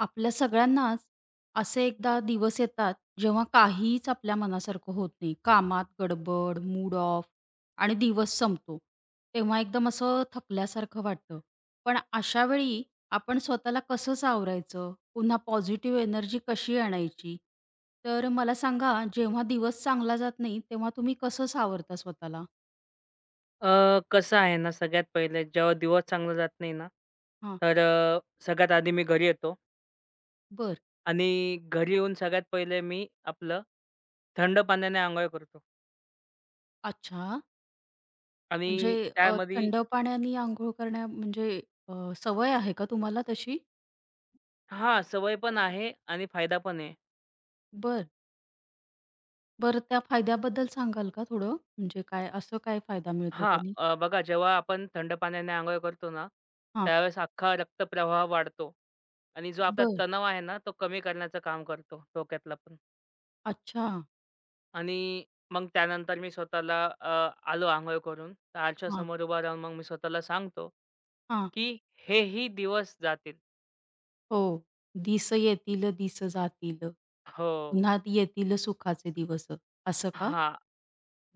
आपल्या सगळ्यांनाच असे एकदा दिवस येतात जेव्हा काहीच आपल्या मनासारखं होत नाही, कामात गडबड, मूड ऑफ आणि दिवस संपतो, तेव्हा एकदम असं थकल्यासारखं वाटतं. पण अशा वेळी आपण स्वतःला कसं सावरायचं? पुन्हा पॉझिटिव्ह एनर्जी कशी आणायची? तर मला सांगा, जेव्हा दिवस चांगला जात नाही तेव्हा तुम्ही कसं सावरता स्वतःला? कसं आहे ना, सगळ्यात पहिले जेव्हा दिवस चांगला जात नाही ना, हां. तर सगळ्यात आधी मी घरी येतो बर. आणि घरी येऊन सगळ्यात पहिले मी आपलं थंड पाण्याने अंघोळ करतो अच्छा. म्हणजे आणि त्यामध्ये थंड पाण्याने आंघोळ करण्या म्हणजे अ, सवय आहे का तुम्हाला तशी? हां, सवय पण आहे आणि फायदा पण आहे. बरं. बरं, त्या फायद्याबद्दल सांगाल का थोडं? म्हणजे काय असं काय फायदा मिळतो हां, त्यानी? बघा जेव्हा आपण थंड पाण्याने अंघोळ करतो ना, हां. त्यावेळेस अख्खा रक्तप्रवाह वाढतो आणि जो आपला बरं. तणाव आहे ना, तो कमी करण्याचं काम करतो, डोक्यातला पण. अच्छा. आणि मग त्यानंतर मी स्वतःला आलो अंघोळ करून. तर हां, आरशासमोर उभा राहून मग मी स्वतःला सांगतो, हां. की हेही दिवस जातील. हो. दिस येतील, दिस जातील. हो. पुन्हा येतील सुखाचे दिवस. असं का? हां,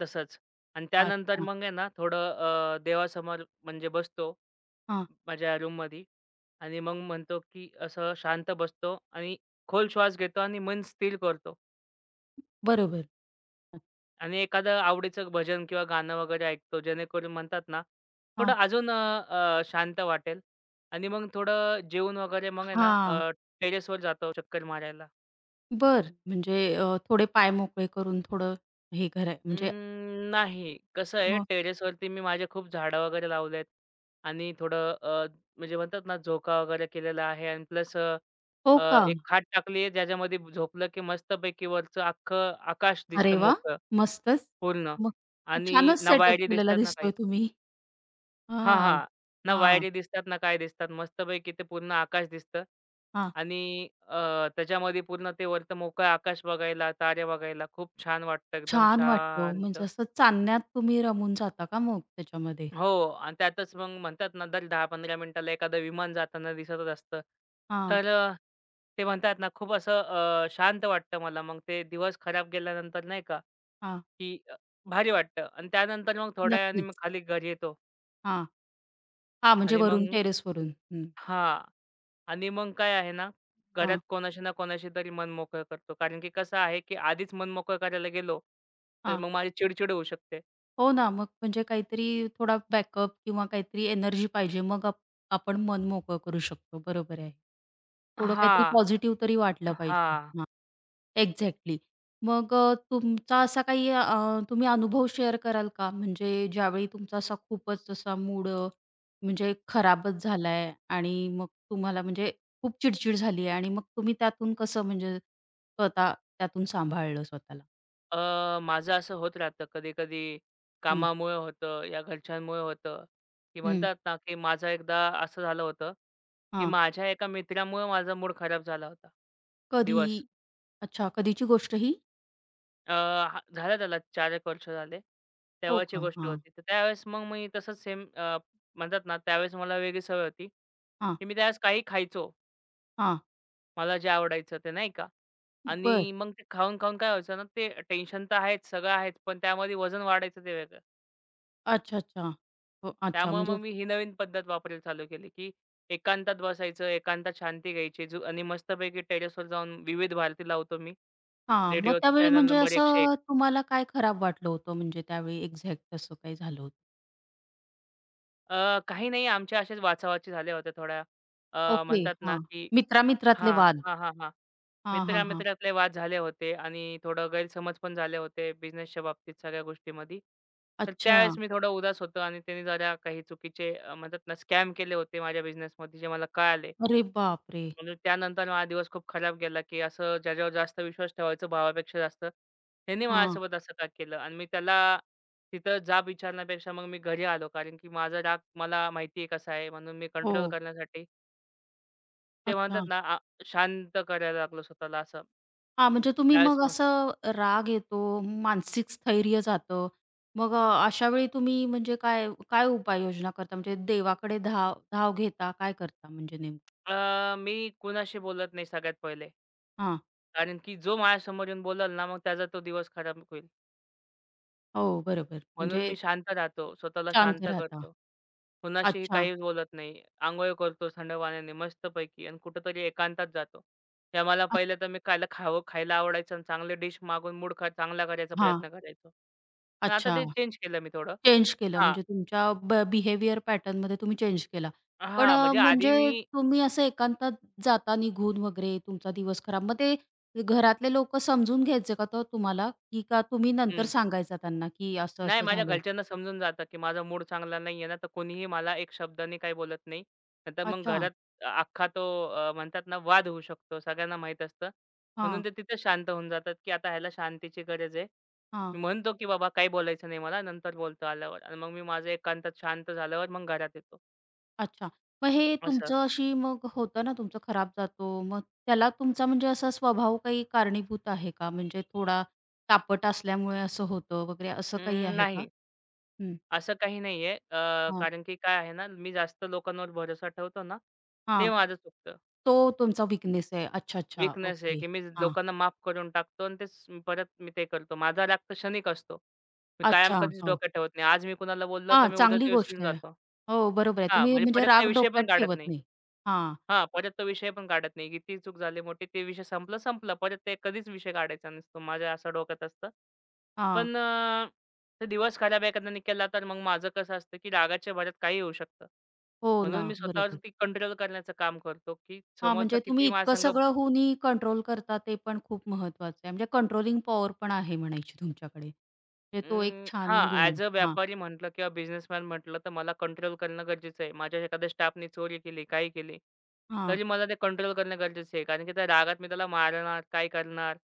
तसंच. आणि त्यानंतर अच्छा. मग आहे ना थोडं देवासमोर म्हणजे बसतो हां. माझ्या रूममध्ये आणि मग म्हणतो, की असं शांत बसतो आणि खोल श्वास घेतो आणि मन स्थिर करतो. बरोबर. आणि एखादं आवडीचं भजन किंवा गाणं वगैरे ऐकतो, जेणेकरून म्हणतात ना, थोडं हां. अजून अ, अ, शांत वाटेल आणि मग थोडं जेवून वगैरे मग आहे ना, हां. टेरेसवर जातो चक्कर मारायला. बरं. म्हणजे थोडे पाय मोकळे करून थोडं हे कराय म्हणजे. नाही. कसं आहे मग. टेरेसवरती मी माझे खूप झाडं वगैरे लावलेत आणि थोडं म्हणजे म्हणतात ना, झोका वगैरे केलेला आहे आणि प्लस हो का? एक खाट टाकली आहे ज्याच्यामध्ये झोपलं की मस्तपैकी वरचं अख्खं आकाश अरे दिसतं वाह! मोकळं मस्तच. पूर्ण मग. मग आणि छानच ना सेटअप वायरी केलेला दिसतात ना काही. दिसतोय तुम्ही. हां, हां. हां. ना हां, वायरी दिसतात, ना काय दिसतात. मस्तपैकी ते पूर्ण आकाश दिसतं हां. आणि त्याच्यामध्ये पूर्ण ते वरतं मोकळं आकाश बघायला, तारे बघायला खूप छान वाटतं एकदम छान वाटतो. म्हणजे शांत. असं चांदण्यात तुम्ही रमून जाता का मग त्याच्यामध्ये? हो आणि त्यातच मग म्हणतात ना दर 10-15 मिनिटाला एखादं विमान जाताना दिसतच असतं. हां, तर ते म्हणतात ना खूप असं शांत वाटतं मला. मग ते दिवस खराब गेल्यानंतर नाही का, हां. की भारी वाटतं आणि त्यानंतर मग थोड्या वेळाने मग नक्कीच. खाली घरी येतो हां. हां, म्हणजे आणि मग वरून, टेरेसवरून. हं. हां. आणि मग काय आहे ना, घरात हां, कोणाशी ना कोणाशी तरी मन मोकळं करतो. कारण की कसं आहे, की आधीच मन मोकळं करायला गेलो, तर हां. मग माझी चिड-चिड होऊ शकते. हो ना, मग म्हणजे काहीतरी थोडा बॅकअप किंवा काहीतरी एनर्जी पाहिजे. मग आप, आपण मन मोकळं करू शकतो. बरोबर आहे. थोडं काहीतरी हां, पॉझिटिव्ह तरी वाटलं पाहिजे. हां. हां. एक्झॅक्टली. मग तुमचा असा काही तुम्ही अनुभव शेअर कराल का? म्हणजे ज्यावेळी तुमचा असा खूपच असा मूड, म्हणजे खराबच झालाय आणि मग तुम्हाला म्हणजे खूप चिडचिड झाली आहे आणि मग तुम्ही त्यातून कसं, म्हणजे स्वतः त्यातून सांभाळलं स्वतःला? अ, माझं असं होत राहतं कधी-कधी हं, कामामुळे होतं या घरच्यांमुळे होतं, की हं. म्हणतात ना, की माझं एकदा असं झालं होतं, की हां. माझ्या एका मित्रामुळे माझा मूड खराब झाला होता दिवस. कधी? अच्छा, कधीची गोष्ट ही? अ, हा झालं त्याला 4 एक वर्ष झाले. हो तेव्हाची का? गोष्ट हां, होती. तर त्यावेळेस मग मी तसंच सेम म्हणतात ना, त्यावेळेस मला वेगळी सवय होती, हां, की मी त्यावेळेस काही खायचो. हां. मला जे आवडायचं ते नाही का बरं. आणि मग ते खाऊन-खाऊन काय व्हायचं ना, ते टेन्शन तर आहेच, सगळं आहेच, पण त्यामध्ये वजन वाढायचं ते वेगळं. अच्छा, अच्छा. हो, अच्छा त्यामुळे मग म्हणजे. मी ही नवीन पद्धत वापरायला चालू केली, की एकांतात बसायचं, एकांतात शांती घ्यायची जु आणि मस्तपैकी टेरेसवर जाऊन विविध भारती लावतो मी. हां, मग रेडिओचा त्यावेळी चॅनल म्हणजे नंबर असं 101. तुम्हाला काय खराब वाटलं होतं, म्हणजे त्यावेळी एक्झॅक्ट असं काही झालं होतं? काही नाही आमच्या अशाच वाचावाची झाल्या होत्या थोड्या. ओके, म्हणतात ना, हां. की मित्रा-मित्रातले हां, वाद. हां, हां, हां. हां, हां, हां. मित्रा-मित्रातले वाद झाले होते आणि थोडं गैरसमज पण झाले होते बिझनेसच्या बाबतीत सगळ्या गोष्टीमध्ये. तर अच्छा. त्यावेळेस मी थोडा उदास होतो आणि त्याने जरा काही चुकीचे म्हणतात ना, स्कॅम केले होते माझ्या बिझनेसमध्ये जे मला कळाले. अरे बापरे! म्हणजे त्यानंतर माझा दिवस खूप खराब गेला, की असं ज्याच्यावर जास्त विश्वास ठेवायचा भावापेक्षा जास्त, ह्याने हां. माझ्यासोबत असं का केलं? आणि मी त्याला तिथं जाब विचारण्यापेक्षा मग मी घरी आलो. कारण की माझा राग मला माहिती आहे कसा आहे, म्हणून मी कंट्रोल हो. करण्यासाठी ते म्हणतात अच्छा. ना, शांत करायला लागलो स्वतःला असं. हां, म्हणजे तुम्ही त्यावेळेस मग मग असं राग येतो, मानसिक स्थैर्य जातं. मग अशा वेळी तुम्ही म्हणजे काय काय उपाययोजना करता? म्हणजे देवाकडे धाव धाव घेता, काय करता म्हणजे नेमकं? मी कुणाशी बोलत नाही सगळ्यात पहिले. हां. कारण की जो माझ्यासमोर येऊन बोलेल ना, मग त्याचा तो दिवस खराब होईल. हो, बरोबर. म्हणून मी म्हणजे शांत राहतो, स्वतःला शांत शांत राहता. करतो. कुणाशीही अच्छा. काहीच बोलत नाही. अंघोळ करतो थंड पाण्याने मस्तपैकी आणि कुठेतरी एकांतात जातो. त्या मला अ. पहिलं तर मी खायला खावं खायला आवडायचं आणि चांगले डिश मागून मूड ख चांगला करायचा हां. प्रयत्न करायचो. पण आता अच्छा. ते चेंज केलं मी थोडं. चेंज केलं हां, म्हणजे तुमच्या बिहेवियर पॅटर्नमध्ये तुम्ही चेंज केला. पण हां, म्हणजे आधी मी म्हणजे तुम्ही असं एकांतात जाता निघून वगैरे तुमचा दिवस खराब. मग ते घरातले लोकं समजून घ्यायचे का तो तुम्हाला, की का तुम्ही नंतर हं. सांगायचा त्यांना, की नाही असं-असं माझ्या झालं? घरच्यांना समजून जातं, की माझा मूड चांगला नाहीये ना, तर कोणीही मला एक शब्दाने काही बोलत नाही. नंतर मग अच्छा. घरात अख्खा तो म्हणतात ना वाद होऊ शकतो. सगळ्यांना माहीत असतं. हां, म्हणून ते तिथेच शांत होऊन जातात, की आता ह्याला शांतीची गरज आहे. हां. मी म्हणतो, की बाबा काही बोलायचं नाही मला, नंतर बोलतो आल्यावर आणि मग मी माझं एकांतात शांत झाल्यावर मग घरात येतो अच्छा. मग हे असं. तुमचं अशी मग होतं ना तुमचं खराब जातो. मग त्याला तुमचा म्हणजे असा स्वभाव काही कारणीभूत आहे का? म्हणजे थोडा तापट असल्यामुळे असं होतं वगैरे असं काही आहे का? नाही हं. असं काही नाहीये. हां, कारण की काय आहे ना, मी जास्त लोकांवर भरोसा ठेवतो ना, ते माझं चुकतं. तो तुमचा वीकनेस आहे. अच्छा, अच्छा. वीकनेस आहे, ओके. की मी हां. लोकांना माफ करून टाकतो आणि तेच परत मी ते करतो. माझा राग तर क्षणिक असतो. मी कायम अच्छा. कधीच हो. डोक्यात ठेवत नाही. आज मी कुणाला बोललो तर हां, मी उद्या चांगली ते गोष्ट विसरून आहे. जातो. हो, बरोबर आहे. हां, तुम्ही म्हणजे म्हणजे परत त्या राग विषय डोक्यात पण काढत ठेवत नाही. नाही. हां, हां, परत तो विषय पण काढत नाही, की ती चूक झाली मोठी. ते विषय संपला, संपला. परत ते कधीच विषय काढायचा नसतो. माझ्या असं डोक्यात असतं. हां. पण ते दिवस खराब एखाद्याने केला तर मग माझं कसं असतं, की रागाच्या भरात काही होऊ शकतं. हो ना, म्हणून मी बरोबर. स्वतःवरती कंट्रोल करण्याचं काम करतो, की हां, समोरचा म्हणजे तुम्ही किती इतकं माझ्यासंग सगळं होऊनही कंट्रोल करता ते पण खूप महत्वाचं आहे. म्हणजे कंट्रोलिंग पॉवर पण आहे म्हणायची तुमच्याकडे. म्हणजे तो एक छान हां, गुण आहे. ॲज अ हां, व्यापारी म्हटलं किंवा बिझनेसमॅन म्हटलं, तर मला कंट्रोल करणं गरजेचं आहे. माझ्या एखाद्या स्टाफने चोरी केली, काही केली, हां, तरी मला ते कंट्रोल करणं गरजेचं आहे. कारण की त्या रागात मी त्याला मारणार, काय करणार?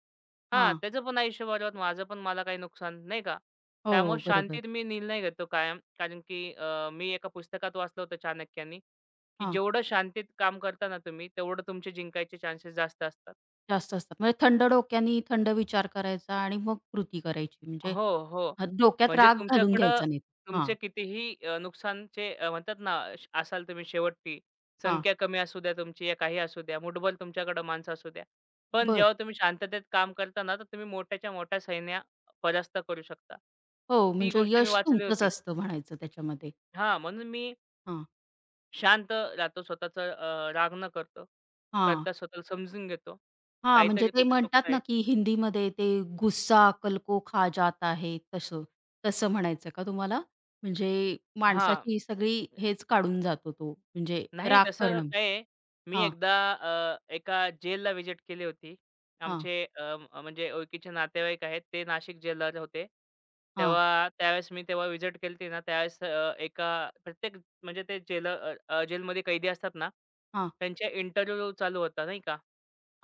हां, हां. त्याचं पण आयुष्य बरबाद, माझं पण मला काही नुकसान, नाही का? हो, त्यामुळे बरोबर. शांतीत मी निर्णय घेतो कायम. कारण की मी एका पुस्तकात वाचलं होतं चाणक्यानी, की हां, जेवढं शांतीत काम करता ना तुम्ही, तेवढं तुमचे जिंकायचे चान्सेस जास्त असतात. जास्त असतात. म्हणजे थंड डोक्याने थंड विचार करायचा आणि मग कृती करायची. म्हणजे हो, हो. हा, डोक्यात म्हणजे राग घालून तुमच्याकडं घ्यायचा नाही. हां, तुमचे कितीही नुकसानचे म्हणतात ना श असाल तुम्ही शेवटी, हां. संख्या कमी असू द्या तुमची या काही असू द्या, मुठभर तुमच्याकडं माणसं असू द्या. पण बरं. जेव्हा तुम्ही शांततेत काम करता ना, तर तुम्ही मोठ्याच्या मोठ्या सैन्या परास्त करू शकता. हो, ती म्हणजे गोष्ट मी यश वाचली तुमचंच होती. असतं म्हणायचं त्याच्यामध्ये. हां, म्हणून मी हां, शांत राहतो स्वतःचं राग न करतो. हां, करता स्वतःला समजून घेतो. हां, म्हणजे काहीतरी ते कुठे म्हणतात चुकतंय. ना, की हिंदीमध्ये ते "गुस्सा अक्कल को खा जाता है" तसं. तसं म्हणायचं का तुम्हाला? म्हणजे हां. माणसाची सगळी हेच काढून जातो तो, म्हणजे नाही राग तसं करणं. काय आहे, मी हां, एकदा एका जेलला व्हिजिट केली होती. हां, आमचे अ, अ, म्हणजे ओळखीचे नातेवाईक आहेत, ते नाशिक जेलला होते. हां, तेव्हा त्यावेळेस मी तेव्हा व्हिजिट केली होती ना, त्यावेळेस एका प्रत्येक म्हणजे ते जेल अ, अ, जेलमध्ये कैदी असतात ना, हां. त्यांच्या इंटरव्ह्यू चालू होता नाही का?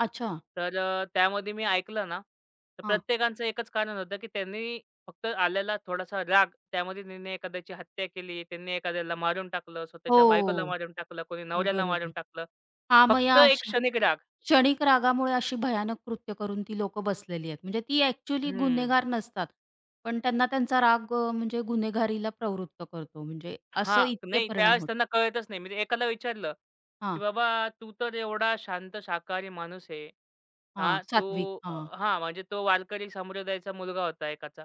अच्छा. तर त्यामध्ये मी ऐकलं ना, तर हां. प्रत्येकाचं एकच कारण होतं, की त्यांनी फक्त आलेला थोडासा राग, त्यामध्ये त्यांनी एखाद्याची हत्या केली, त्यांनी एखाद्याला मारून टाकलं, स्वतःच्या बायकोला हो, मारून टाकलं, कोणी नवऱ्याला बरोबर. मारून टाकलं. हां, मग फक्त या एक अशा क्षणिक राग. क्षणिक रागामुळे अशी भयानक कृत्य करून ती लोक बसलेली आहेत. म्हणजे ती ॲक्चुअली हं. गुन्हेगार नसतात. पण त्यांना त्यांचा राग, म्हणजे गुन्हेगारीला प्रवृत्त करतो. म्हणजे असं हां. इतके नाही परिणाम त्यावेळेस होत. त्यांना कळतच नाही. मी एकाला विचारलं, की हां, "बाबा तू तर एवढा शांत शाकाहारी माणूस आहे. हां. हां, तू" सात्विक. अ, हां. हां, म्हणजे तो वारकरी संप्रदायाचा मुलगा होता एकाचा.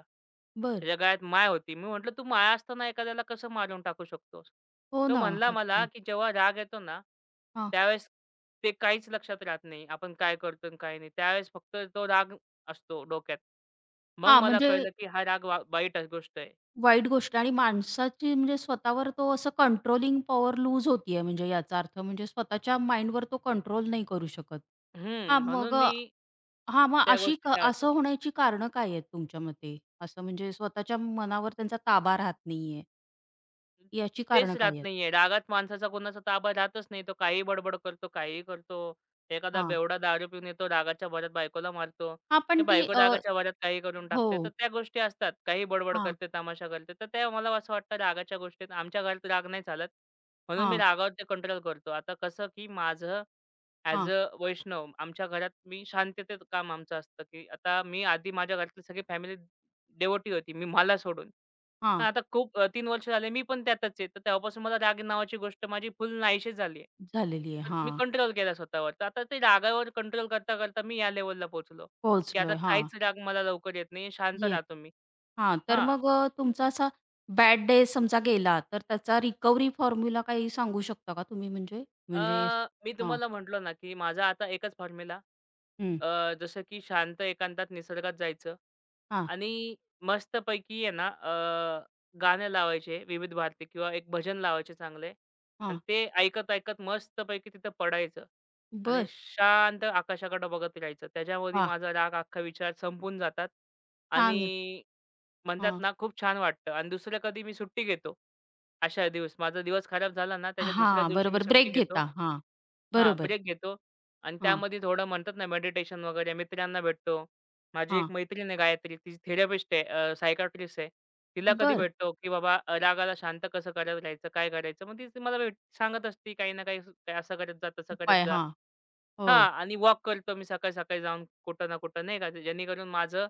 बरं. त्याच्या गळ्यात माय होती. मी म्हटलं, "तू माळ असताना एखाद्याला कसं मारून टाकू शकतोस?" हो तो ना. म्हणला मला, अच्छा. की "जेव्हा राग येतो ना, हां. त्यावेळेस ते काहीच लक्षात राहत नाही. आपण काय करतो आणि काय नाही. त्यावेळेस फक्त तो राग असतो डोक्यात." मग हां, मला म्हणजे कळलं, की हा राग वा वाईट गोष्ट आहे. वाईट गोष्ट आणि माणसाची म्हणजे स्वतःवर तो असं कंट्रोलिंग पॉवर लूज होतीये, म्हणजे याचा अर्थ म्हणजे स्वतःच्या माइंडवर तो कंट्रोल नाही करू शकत. हां, हं, म्हणून मग. मी हां, मग त्या अशी गोष्टी असं टाळतो. होण्याची कारणं काय आहेत तुमच्या मते? असं म्हणजे स्वतःच्या मनावर त्यांचा ताबा राहत नाहीये, याची तेच कारणं राहत काय आहेत? नाहीये. रागात माणसाचा कोणाचा ताबा राहतच नाही. तो काहीही बडबड करतो, काहीही करतो. एखादा हां. बेवडा दारू पिऊन येतो, रागाच्या भरात बायकोला मारतो. हां, ते पण ती बायको अ, रागाच्या भरात काही करून हो. टाकते. तर त्या गोष्टी असतात. काही बडबड हां, करते, तमाशा करते. तर त्या मला असं वाटतं रागाच्या गोष्टीत आमच्या घरात राग नाही चालत. म्हणून मी हां, रागावर ते कंट्रोल करतो. आता कसं, की माझं ॲज हां, अ वैष्णव आमच्या घरात मी शांततेत काम आमचं असतं, की आता मी आधी माझ्या घरातली सगळी फॅमिली डेवोटी होती. मी मला सोडून. हां, हां. आता खूप 3 वर्ष झाले मी पण त्यातच आहे. तर तेव्हापासून मला राग नावाची गोष्ट माझी फुल नाहीशी झाली आहे. झालेली आहे. तर मी हां, कंट्रोल केला स्वतःवर. तर आता ते रागावर कंट्रोल करता-करता मी या लेव्हलला पोहोचलो, की आता पोहोचलोय. हां, काहीच राग मला लवकर येत नाही. शांत येत. राहतो मी. हां, तर हां, मग तुमचा असा बॅड डे समजा गेला, तर त्याचा रिकव्हरी फॉर्म्युला काही सांगू शकता का तुम्ही म्हणजे? अ, म्हणजे. मी हां, तुम्हाला म्हटलो ना, की माझा आता एकच फॉर्म्युला हं, अ, जसं की शांत एकांतात निसर्गात जायचं हां, आणि मस्तपैकी आहे ना, गाणे लावायचे विविध भारती किंवा एक भजन लावायचे चांगले आणि हां. ते ऐकत-ऐकत मस्तपैकी तिथं पडायचं आणि बरं. शांत आकाशाकडे बघत राहायचं. त्याच्यामध्ये वाह! माझा राग अख्खा विचार संपून जातात छानच. आणि म्हणतात हां. ना खूप छान वाटतं आणि दुसरं कधी मी सुट्टी घेतो. अशा दिवस माझा दिवस खराब झाला ना, त्याच्या हां, दुसऱ्या दिवशी मी बरोबर. सुट्टी ब्रेक घेतो घेता. हां, हां, बरोबर. ब्रेक घेतो आणि हां, त्यामध्ये थोडं म्हणतात ना मेडिटेशन वगैरे मित्रांना भेटतो. माझी एक हां. मैत्रीण आहे गायत्री, ती थेरपिस्ट आहे सायकायट्रिस्ट आहे. तिला कधी बरं. भेटतो, की बाबा, रागाला शांत कसं करत राहायचं, काय करायचं? मग ती ती मला भेट सांगत असते काही ना काही स- काय असं करत जा, तसं करत उपाय जा. हां. हो. हां आणि वॉक करतो मी सकाळी-सकाळी जाऊन कुठं ना कुठं नाही का, जेणेकरून माझं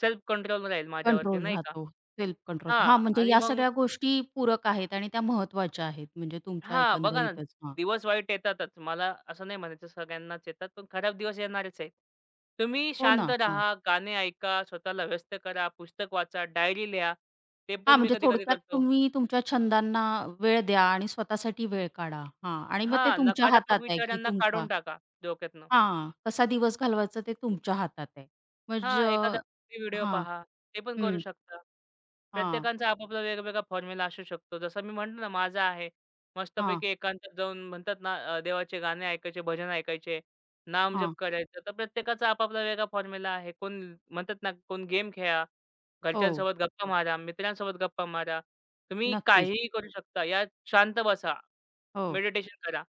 सेल्फ कंट्रोल राहील माझ्यावरती कंट्रोल नाही का? राहतो. Self control. हां हां, म्हणजे आणि या मग सगळ्या गोष्टी पूरक आहेत आणि त्या महत्त्वाच्या आहेत म्हणजे तुमच्या हां, बघा ना, एकंदरीतच. हां. दिवस वाईट येतातच. मला असं नाही म्हणायचं सगळ्यांनाच येतात, पण खराब दिवस येणारच आहेत. तुम्ही हो शांत ना. हां. राहा, गाणे ऐका, स्वतःला व्यस्त करा, पुस्तक वाचा, डायरी लिहा. ते हां, पण मी म्हणजे कधी-कधी थोडक्यात करतो. तुम्ही तुमच्या छंदांना वेळ द्या आणि स्वतःसाठी वेळ काढा. हां, आणि मग ते हां, तुमच्या नकारात्मक हातात आहे, की विचारांना काढून तुमचा, टाका डोक्यातनं. हां, कसा दिवस घालवायचा ते तुमच्या हातात आहे. मग हां, एखादा व्हिडिओ हां. पहा. ते पण करू हं. शकता. हां, प्रत्येकाचा आपापला वेगवेगळा फॉर्म्युला असू शकतो. जसं मी म्हटलं ना, माझा आहे. हां, मस्तपैकी एकांतात जाऊन म्हणतात ना, देवाचे गाणे ऐकायचे, भजन ऐकायचे, नामजप हां. करायचं. तर प्रत्येकाचा आपापला वेगळा फॉर्म्युला आहे. कोण म्हणतात ना, कोण गेम खेळा, हो. घरच्यांसोबत गप्पा मारा, मित्रांसोबत गप्पा मारा. तुम्ही नक्कीच. काहीही करू शकता. यात शांत बसा. हो. मेडिटेशन करा.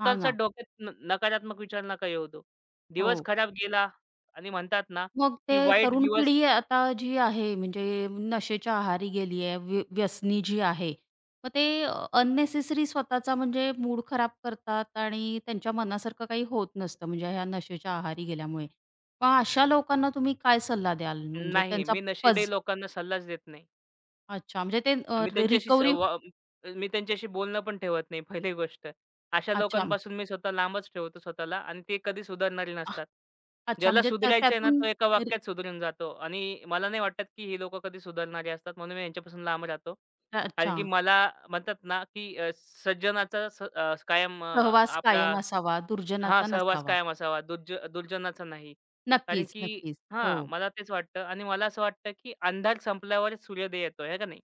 हां ना. डोक्यात न नकारात्मक विचार नका येऊ देऊ. हो. दिवस खराब गेला आणि म्हणतात ना, मग की ते हं. वाईट तरुण दिवस पिढी आता जी आहे म्हणजे नशेच्या आहारी गेली आहे, व्यसनी जी आहे. मग ते अननेसेसरी स्वतःचा म्हणजे मूड खराब करतात आणि त्यांच्या मनासारखं काही होत नसतं म्हणजे ह्या नशेच्या आहारी गेल्यामुळे. मग अशा लोकांना तुम्ही काय सल्ला द्याल? म्हणजे नाही. त्यांचा. मी नशिबी पज. लोकांना सल्लाच देत नाही. अच्छा म्हणजे ते, मी त्यांच्याशी रिकव्हरी. संवा मी त्यांच्याशी बोलणं पण ठेवत नाही पहिली गोष्ट. अशा अच्छा. लोकांपासून मी स्वतः लांबच ठेवतो स्वतःला आणि ते कधी सुधारणारे अ-. नसतात. अच्छा, ज्याला म्हणजे त्या सुधरायचं आहे ना, त्यातून. तो एका री. वाक्यात सुधरून जातो आणि मला नाही वाटत, की ही लोकं कधी सुधारणारे असतात म्हणून मी यांच्यापासून लांब राहतो. कारण अच्छा. की मला म्हणतात ना, की सज्जनाचा कायम सहवास आपला कायम असावा, हां, दुर्जनाचा सहवास नसावा. कायम असावा दुर्जनाचा नाही. कारण नक्कीच, की नक्कीच. हो. हां, मला तेच वाटतं आणि मला असं वाटतं, की अंधार संपल्यावरच सूर्योदय येतो, आहे का नाही?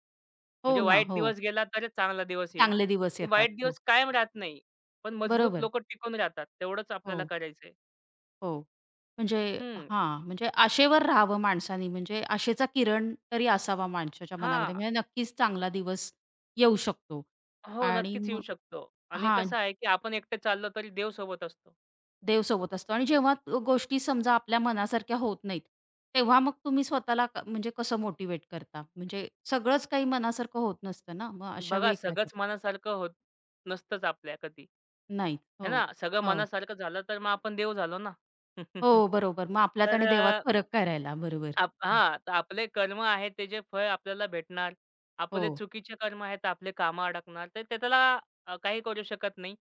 हो म्हणजे ना. वाईट हो. दिवस गेला तरच चांगला दिवस येईल. चांगले दिवस ते येतात. वाईट हो, दिवस कायम राहत नाही. पण मजबूत बरोबर. लोकं टिकून राहतात. तेवढंच आपल्याला हो, करायचंय. हो. म्हणजे. हं. हां, म्हणजे आशेवर राहावं माणसानी, म्हणजे आशेचा किरण तरी असावा माणसाच्या मनामध्ये, हां. म्हणजे नक्कीच चांगला दिवस येऊ शकतो. हो, आणि नक्कीच येऊ मग शकतो. आणि हां, कसं आहे, की आपण एकटे चाललो तरी देव सोबत असतो. देव सोबत असतो. आणि जेव्हा तो- गोष्टी समजा आपल्या मनासारख्या होत नाहीत, तेव्हा मग तुम्ही स्वतःला क, म्हणजे कसं मोटिव्हेट करता? म्हणजे सगळंच काही मनासारखं होत नसतं ना, मग अशा बघा वेळी काय करता? सगळंच मनासारखं होत नसतंच आपल्या कधी, नाही. है हो. ना? सगळं हो. मनासारखं झालं तर मग आपण देव झालो ना. हो, बरोबर. मग आपल्यात तर आणि देवात फरक करायला. बरोबर. तर आपले कर्म आहेत त्याचे फळ आपल्याला भेटणार. हो, आपले चुकीचे कर्म आहेत, आपले कामं अडकणार. तर ते त्याला काही करू शकत नाही.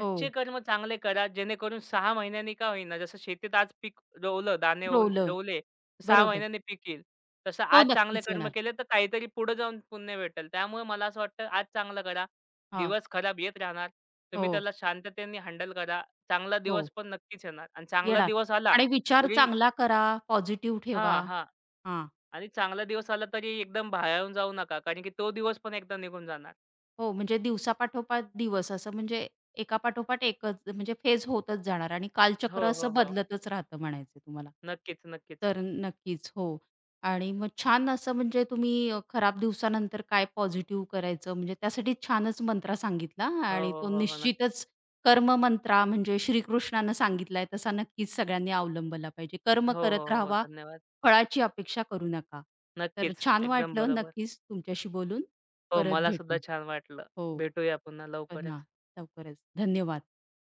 हो. कर्म चांगले करा, जेणेकरून 6 महिन्यांनी का होईना, जसं शेतीत आज पीक रोवलं, दाणे ओल रोवलं. रोवले, 6 बरोबर. महिन्यांनी पीक येईल. तसं हो, आज चांगले नक्कीच कर्म येणार. केले, तर काहीतरी पुढे जाऊन पुण्य भेटेल. त्यामुळे मला असं वाटतं, आज चांगलं करा. हां. दिवस खराब येत राहणार. तुम्ही हो, त्याला शांततेने हँडल करा. चांगला दिवस हो. पण नक्कीच येणार आणि चांगला येणार, दिवस आला आणि विचार तरी चांगला करा, पॉझिटिव्ह ठेवा. हां, हां. हां. आणि चांगला दिवस आला तरी एकदम बाहेरून जाऊ नका. कारण की तो दिवस पण एकदा निघून जाणार. हो, म्हणजे दिवसापाठोपाठ दिवस असं, म्हणजे एकापाठोपाठ एकच म्हणजे फेज होतच जाणार आणि कालचक्र हो, हो, असं हो. बदलतच राहतं म्हणायचं तुम्हाला. नक्कीच, नक्कीच. तर नक्कीच हो. आणि मग छान असं, म्हणजे तुम्ही खराब दिवसानंतर काय पॉझिटिव्ह करायचं म्हणजे त्यासाठी छानच मंत्र सांगितला हो, आणि हो, तो हो, हो. नक्कीच. निश्चितच कर्ममंत्रा म्हणजे श्रीकृष्णानं सांगितलाय तसा नक्कीच सगळ्यांनी अवलंबला पाहिजे. कर्म हो, हो, करत हो. हो, राहावा, धन्यवाद. फळाची अपेक्षा करू नका. तर नक्कीच. छान एकदम वाटलं बरोबर. नक्कीच तुमच्याशी बोलून. हो, परत मला भेटू. सुद्धा छान वाटलं. हो, भेटूया पुन्हा पुन्हा लवकरच. लवकरच. धन्यवाद.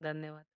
धन्यवाद.